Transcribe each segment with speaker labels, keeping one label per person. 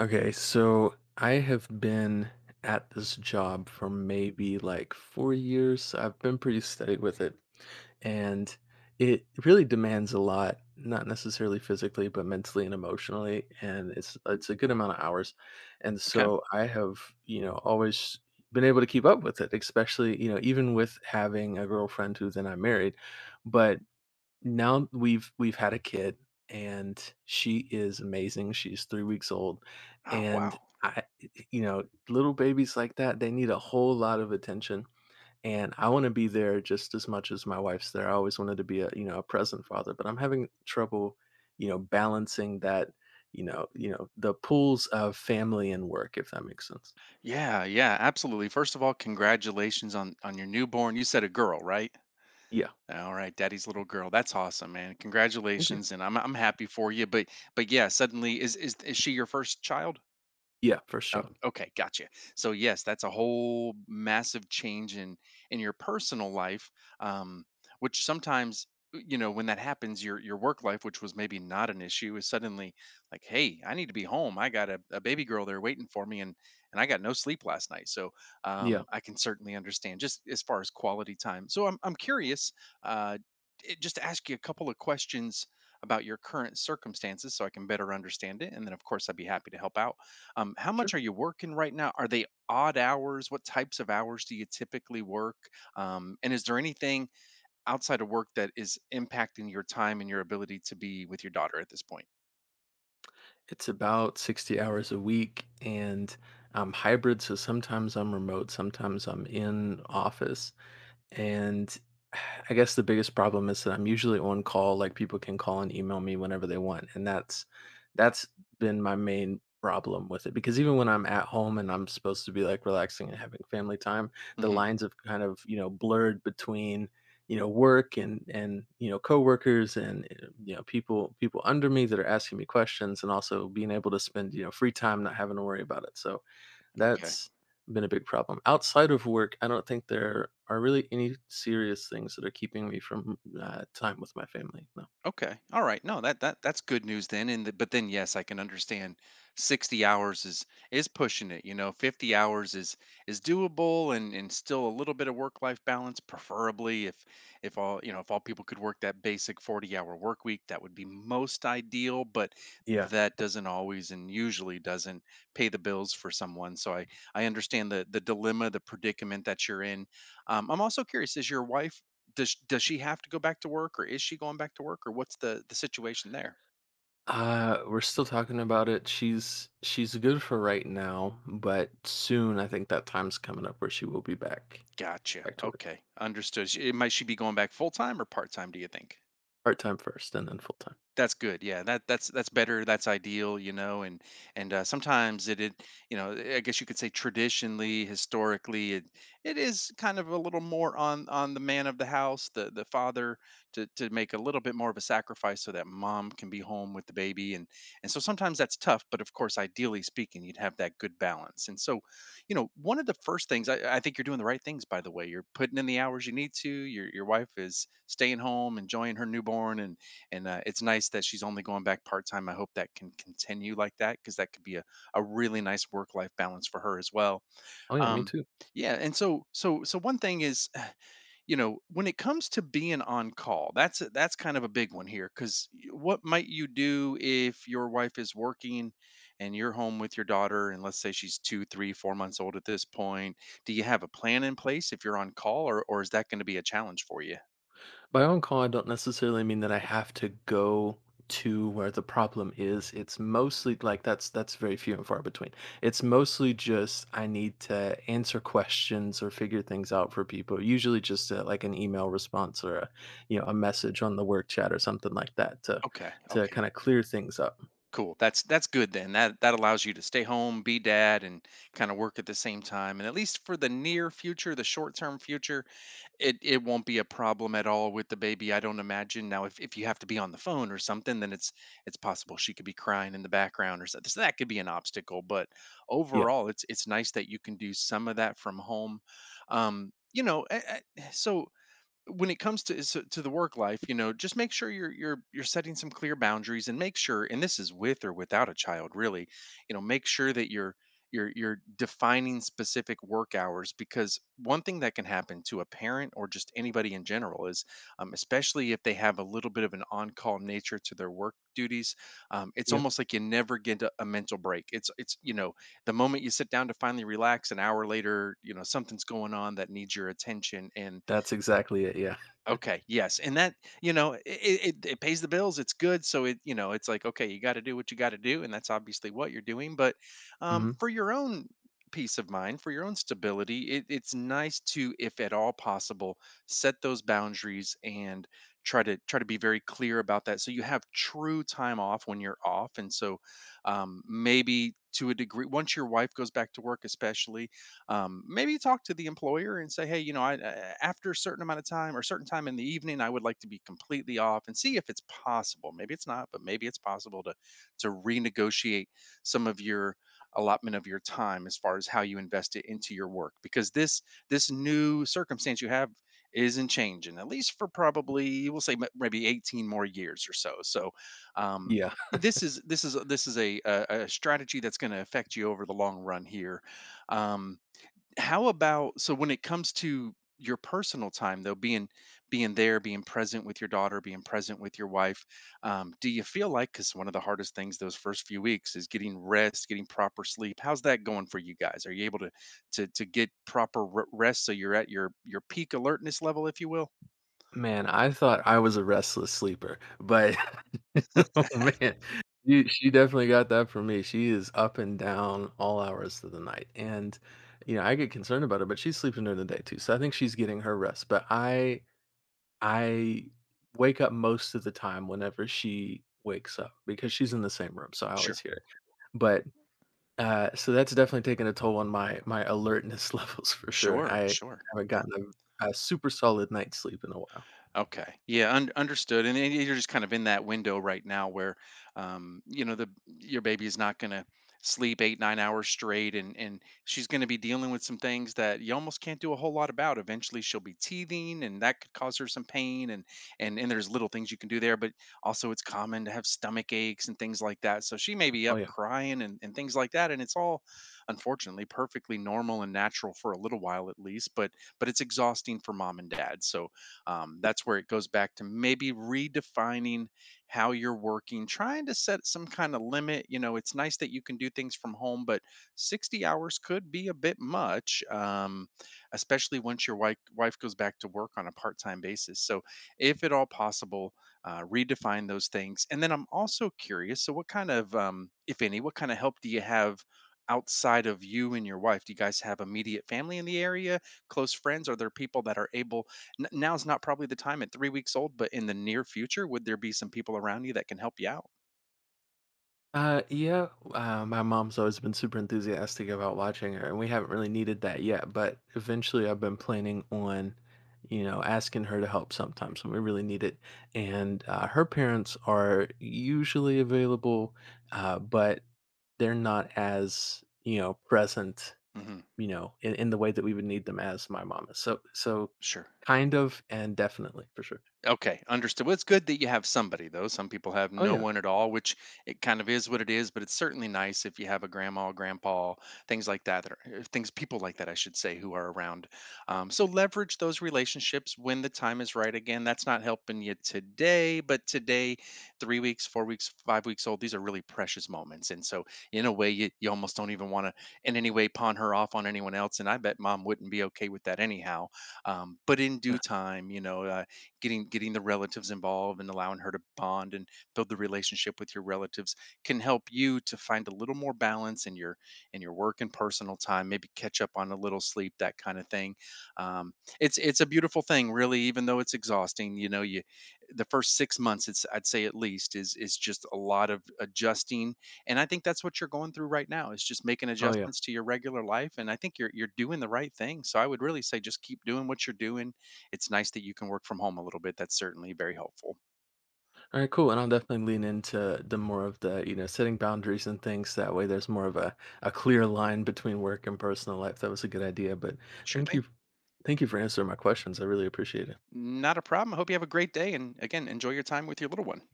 Speaker 1: Okay, so I have been at this job for maybe like 4 years. I've been pretty steady with it, and it really demands a lot, not necessarily physically, but mentally and emotionally. And it's a good amount of hours, and
Speaker 2: Okay.
Speaker 1: so I have always been able to keep up with it, especially even with having a girlfriend who then I married, but now we've had a kid, and she is amazing. She's 3 weeks old,
Speaker 2: Oh wow.
Speaker 1: and little babies like that, they need a whole lot of attention, and I wanna be there just as much as my wife's there. I always wanted to be a present father, but I'm having trouble balancing that, the pools of family and work, if that makes sense.
Speaker 2: Yeah, yeah, absolutely. First of all, congratulations on your newborn. You said a girl, right?
Speaker 1: Yeah.
Speaker 2: All right, daddy's little girl. That's awesome, man.
Speaker 1: Thank you.
Speaker 2: Congratulations, and I'm happy for you. But yeah, suddenly is she your first child?
Speaker 1: Yeah, for
Speaker 2: O
Speaker 1: sure.
Speaker 2: okay, gotcha. So, yes, that's a whole massive change in your personal life, um, which sometimes, y you know, when that happens, your work life, which was maybe not an issue, is suddenly like, "Hey, I need to be home. I got a baby girl there waiting for me, and I got no sleep last night." So,
Speaker 1: Yeah.
Speaker 2: I can certainly understand just as far as quality time. So, I'm curious, uh, just to ask you a couple of questions about your current circumstances so I can better understand it, and then, of course, I'd be happy to help out. How much
Speaker 1: Sure.
Speaker 2: are you working right now? Are they odd hours? What types of hours do you typically work? And is there anything outside of work that is impacting your time and your ability to be with your daughter at this point?
Speaker 1: It's about 60 hours a week, and I'm hybrid. So sometimes I'm remote, sometimes I'm in office. And I guess the biggest problem is that I'm usually on call, like people can call and email me whenever they want. And that's been my main problem with it because even when I'm at home and I'm supposed to be like relaxing and having family time, the
Speaker 2: hmm
Speaker 1: lines have kind of, you know, blurred between work and coworkers and people under me that are asking me questions, and also being able to spend, you know, free time not having to worry about it. So
Speaker 2: Okay.
Speaker 1: that's been a big problem. Outside of work, I don't think there are really any serious things that are keeping me from time with my family. No.
Speaker 2: Okay. All right. No, that's good news then. And the, but then yes, I can understand 60 hours is pushing it, you know. 50 hours is doable and still a little bit of work-life balance preferably if all, you know, if all people could work that basic 40-hour work week, that would be most ideal, but
Speaker 1: Yeah.
Speaker 2: that doesn't always and usually doesn't pay the bills for someone. So I understand the dilemma, the predicament that you're in. I'm also curious, is your wife does she have to go back to work, or is she going back to work, or what's the situation there?
Speaker 1: We're still talking about it. She's good for right now, but soon I think that time's coming up where she will be back
Speaker 2: Gotcha.
Speaker 1: back to work.
Speaker 2: Okay, understood. She, might she be going back full time or part time? Do you think?
Speaker 1: Part time first and then full time.
Speaker 2: That's good. Yeah, that's better. That's ideal, you know. And sometimes you know, I guess you could say traditionally, historically, it is kind of a little more on the man of the house, the father, to make a little bit more of a sacrifice so that mom can be home with the baby. And so sometimes that's tough. But of course, ideally speaking, you'd have that good balance. And so, you know, one of the first things I think you're doing the right things. By the way, you're putting in the hours you need to. Your wife is staying home, enjoying her newborn, and it's nice that she's only going back part time. I hope that can continue like that because that could be a really nice work life balance for her as well.
Speaker 1: Oh yeah, me
Speaker 2: Um,
Speaker 1: too.
Speaker 2: yeah, and so so one thing is, you know, when it comes to being on call, that's kind of a big one here because what might you do if your wife is working and you're home with your daughter, and let's say she's two, three, 4 months old at this point? Do you have a plan in place if you're on call, or is that going to be a challenge for you?
Speaker 1: By on call, I don't necessarily mean that I have to go to where the problem is. It's mostly like that's very few and far between. It's mostly just I need to answer questions or figure things out for people. Usually just like an email response or a a message on the work chat or something like that to
Speaker 2: Okay,
Speaker 1: to
Speaker 2: okay,
Speaker 1: kind of clear things up.
Speaker 2: cool. That's good then. That that allows you to stay home, be dad, and kind of work at the same time. And at least for the near future, the short term future, it won't be a problem at all with the baby. I don't imagine. Now, if you have to be on the phone or something, then it's possible she could be crying in the background or something. So that could be an obstacle. But
Speaker 1: Yeah,
Speaker 2: overall, it's nice that you can do some of that from home. So when it comes to so to the work life, you know, just make sure you're setting some clear boundaries and make sure and this is with or without a child really, you know, make sure that you're defining specific work hours because one thing that can happen to a parent or just anybody in general is especially if they have a little bit of an on-call nature to their work duties, it's
Speaker 1: yeah,
Speaker 2: almost like you never get a mental break. It's you know, the moment you sit down to finally relax an hour later, you know something's going on that needs your attention. And
Speaker 1: that's exactly it. Yeah.
Speaker 2: okay, yes, and that, you know, it pays the bills, it's good, so it, you know, it's like, okay, you gotta do what you gotta do, and that's obviously what you're doing, but,
Speaker 1: hmm
Speaker 2: for your own peace of mind, for your own stability, it's nice to, if at all possible, set those boundaries and try to be very clear about that, so you have true time off when you're off, and so, maybe to a degree once your wife goes back to work especially, maybe talk to the employer and say, hey, you know, I, after a certain amount of time or certain time in the evening, I would like to be completely off and see if it's possible. Maybe it's not, but maybe it's possible to renegotiate some of your allotment of your time as far as how you invest it into your work because this new circumstance you have isn't changing at least for probably we'll say maybe 18 more years or so. So um
Speaker 1: yeah.
Speaker 2: this is this is a a strategy that's going to affect you over the long run here. um how about, so when it comes to your personal time, though, being being there, being present with your daughter, being present with your wife, do you feel like, because one of the hardest things those first few weeks is getting rest, getting proper sleep, how's that going for you guys? Are you able to to get proper rest so you're at your peak alertness level, if you will?
Speaker 1: Man, I thought I was a restless sleeper, but oh man, you she definitely got that from me. She is up and down all hours of the night. And you know, I get concerned about her, but she's sleeping during the day too. So I think she's getting her rest. But I wake up most of the time whenever she wakes up because she's in the same room. So I always
Speaker 2: Sure.
Speaker 1: hear it. But so that's definitely taken a toll on my my alertness levels for sure.
Speaker 2: Sure.
Speaker 1: I
Speaker 2: Sure.
Speaker 1: haven't gotten a super solid night's sleep in a while.
Speaker 2: Okay. Yeah, understood. And you're just kind of in that window right now where, you know, the your baby is not going to sleep 8 9 hours straight, and she's going to be dealing with some things that you almost can't do a whole lot about. Eventually, she'll be teething, and that could cause her some pain, and there's little things you can do there, but also it's common to have stomach aches and things like that. So she may be
Speaker 1: Oh
Speaker 2: up
Speaker 1: yeah.
Speaker 2: crying and things like that, and it's all unfortunately perfectly normal and natural for a little while at least, but it's exhausting for mom and dad. So that's where it goes back to maybe redefining how you're working, trying to set some kind of limit. You know, it's nice that you can do things from home, but 60 hours could be a bit much. Especially once your wife goes back to work on a part-time basis, so if at all possible, redefine those things. And then I'm also curious, so what kind of, if any, what kind of help do you have outside of you and your wife? Do you guys have immediate family in the area, close friends? Are there people that are able? Now's not probably the time at 3 weeks old, but in the near future, would there be some people around you that can help you out?
Speaker 1: Uh, yeah, my mom's always been super enthusiastic about watching her, and we haven't really needed that yet. But eventually, I've been planning on, you know, asking her to help sometimes when we really need it. And her parents are usually available, but they're not as, you know, present,
Speaker 2: hmm
Speaker 1: you know, in the way that we would need them as my mom is. So, so
Speaker 2: Sure.
Speaker 1: kind of and definitely for sure.
Speaker 2: Okay, understood. Well, it's good that you have somebody though. Some people have
Speaker 1: Oh,
Speaker 2: no
Speaker 1: yeah.
Speaker 2: one at all, which it kind of is what it is. But it's certainly nice if you have a grandma, grandpa, things like that, that are, things people like that, I should say, who are around. So leverage those relationships when the time is right. Again, that's not helping you today, but today, 3 weeks, 4 weeks, 5 weeks old, these are really precious moments. And so, in a way, you almost don't even want to in any way pawn her off on anyone else. And I bet mom wouldn't be okay with that anyhow. But in due time, you know. Getting the relatives involved and allowing her to bond and build the relationship with your relatives can help you to find a little more balance in your work and personal time, maybe catch up on a little sleep, that kind of thing. um, it's a beautiful thing really, even though it's exhausting. You know, you, the first 6 months, it's, I'd say, at least, is just a lot of adjusting. And I think that's what you're going through right now, is just making
Speaker 1: Oh, yeah.
Speaker 2: adjustments to your regular life. And I think you're doing the right thing, so I would really say just keep doing what you're doing. It's nice that you can work from home a little bit. That's certainly very helpful.
Speaker 1: All right, cool. And I'll definitely lean into the more of the, you know, setting boundaries and things. That way there's more of a clear line between work and personal life. That was a good idea. But
Speaker 2: Sure
Speaker 1: thank
Speaker 2: thing.
Speaker 1: you. Thank you for answering my questions. I really appreciate it.
Speaker 2: Not a problem. I hope you have a great day. And again, enjoy your time with your little one.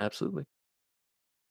Speaker 1: Absolutely.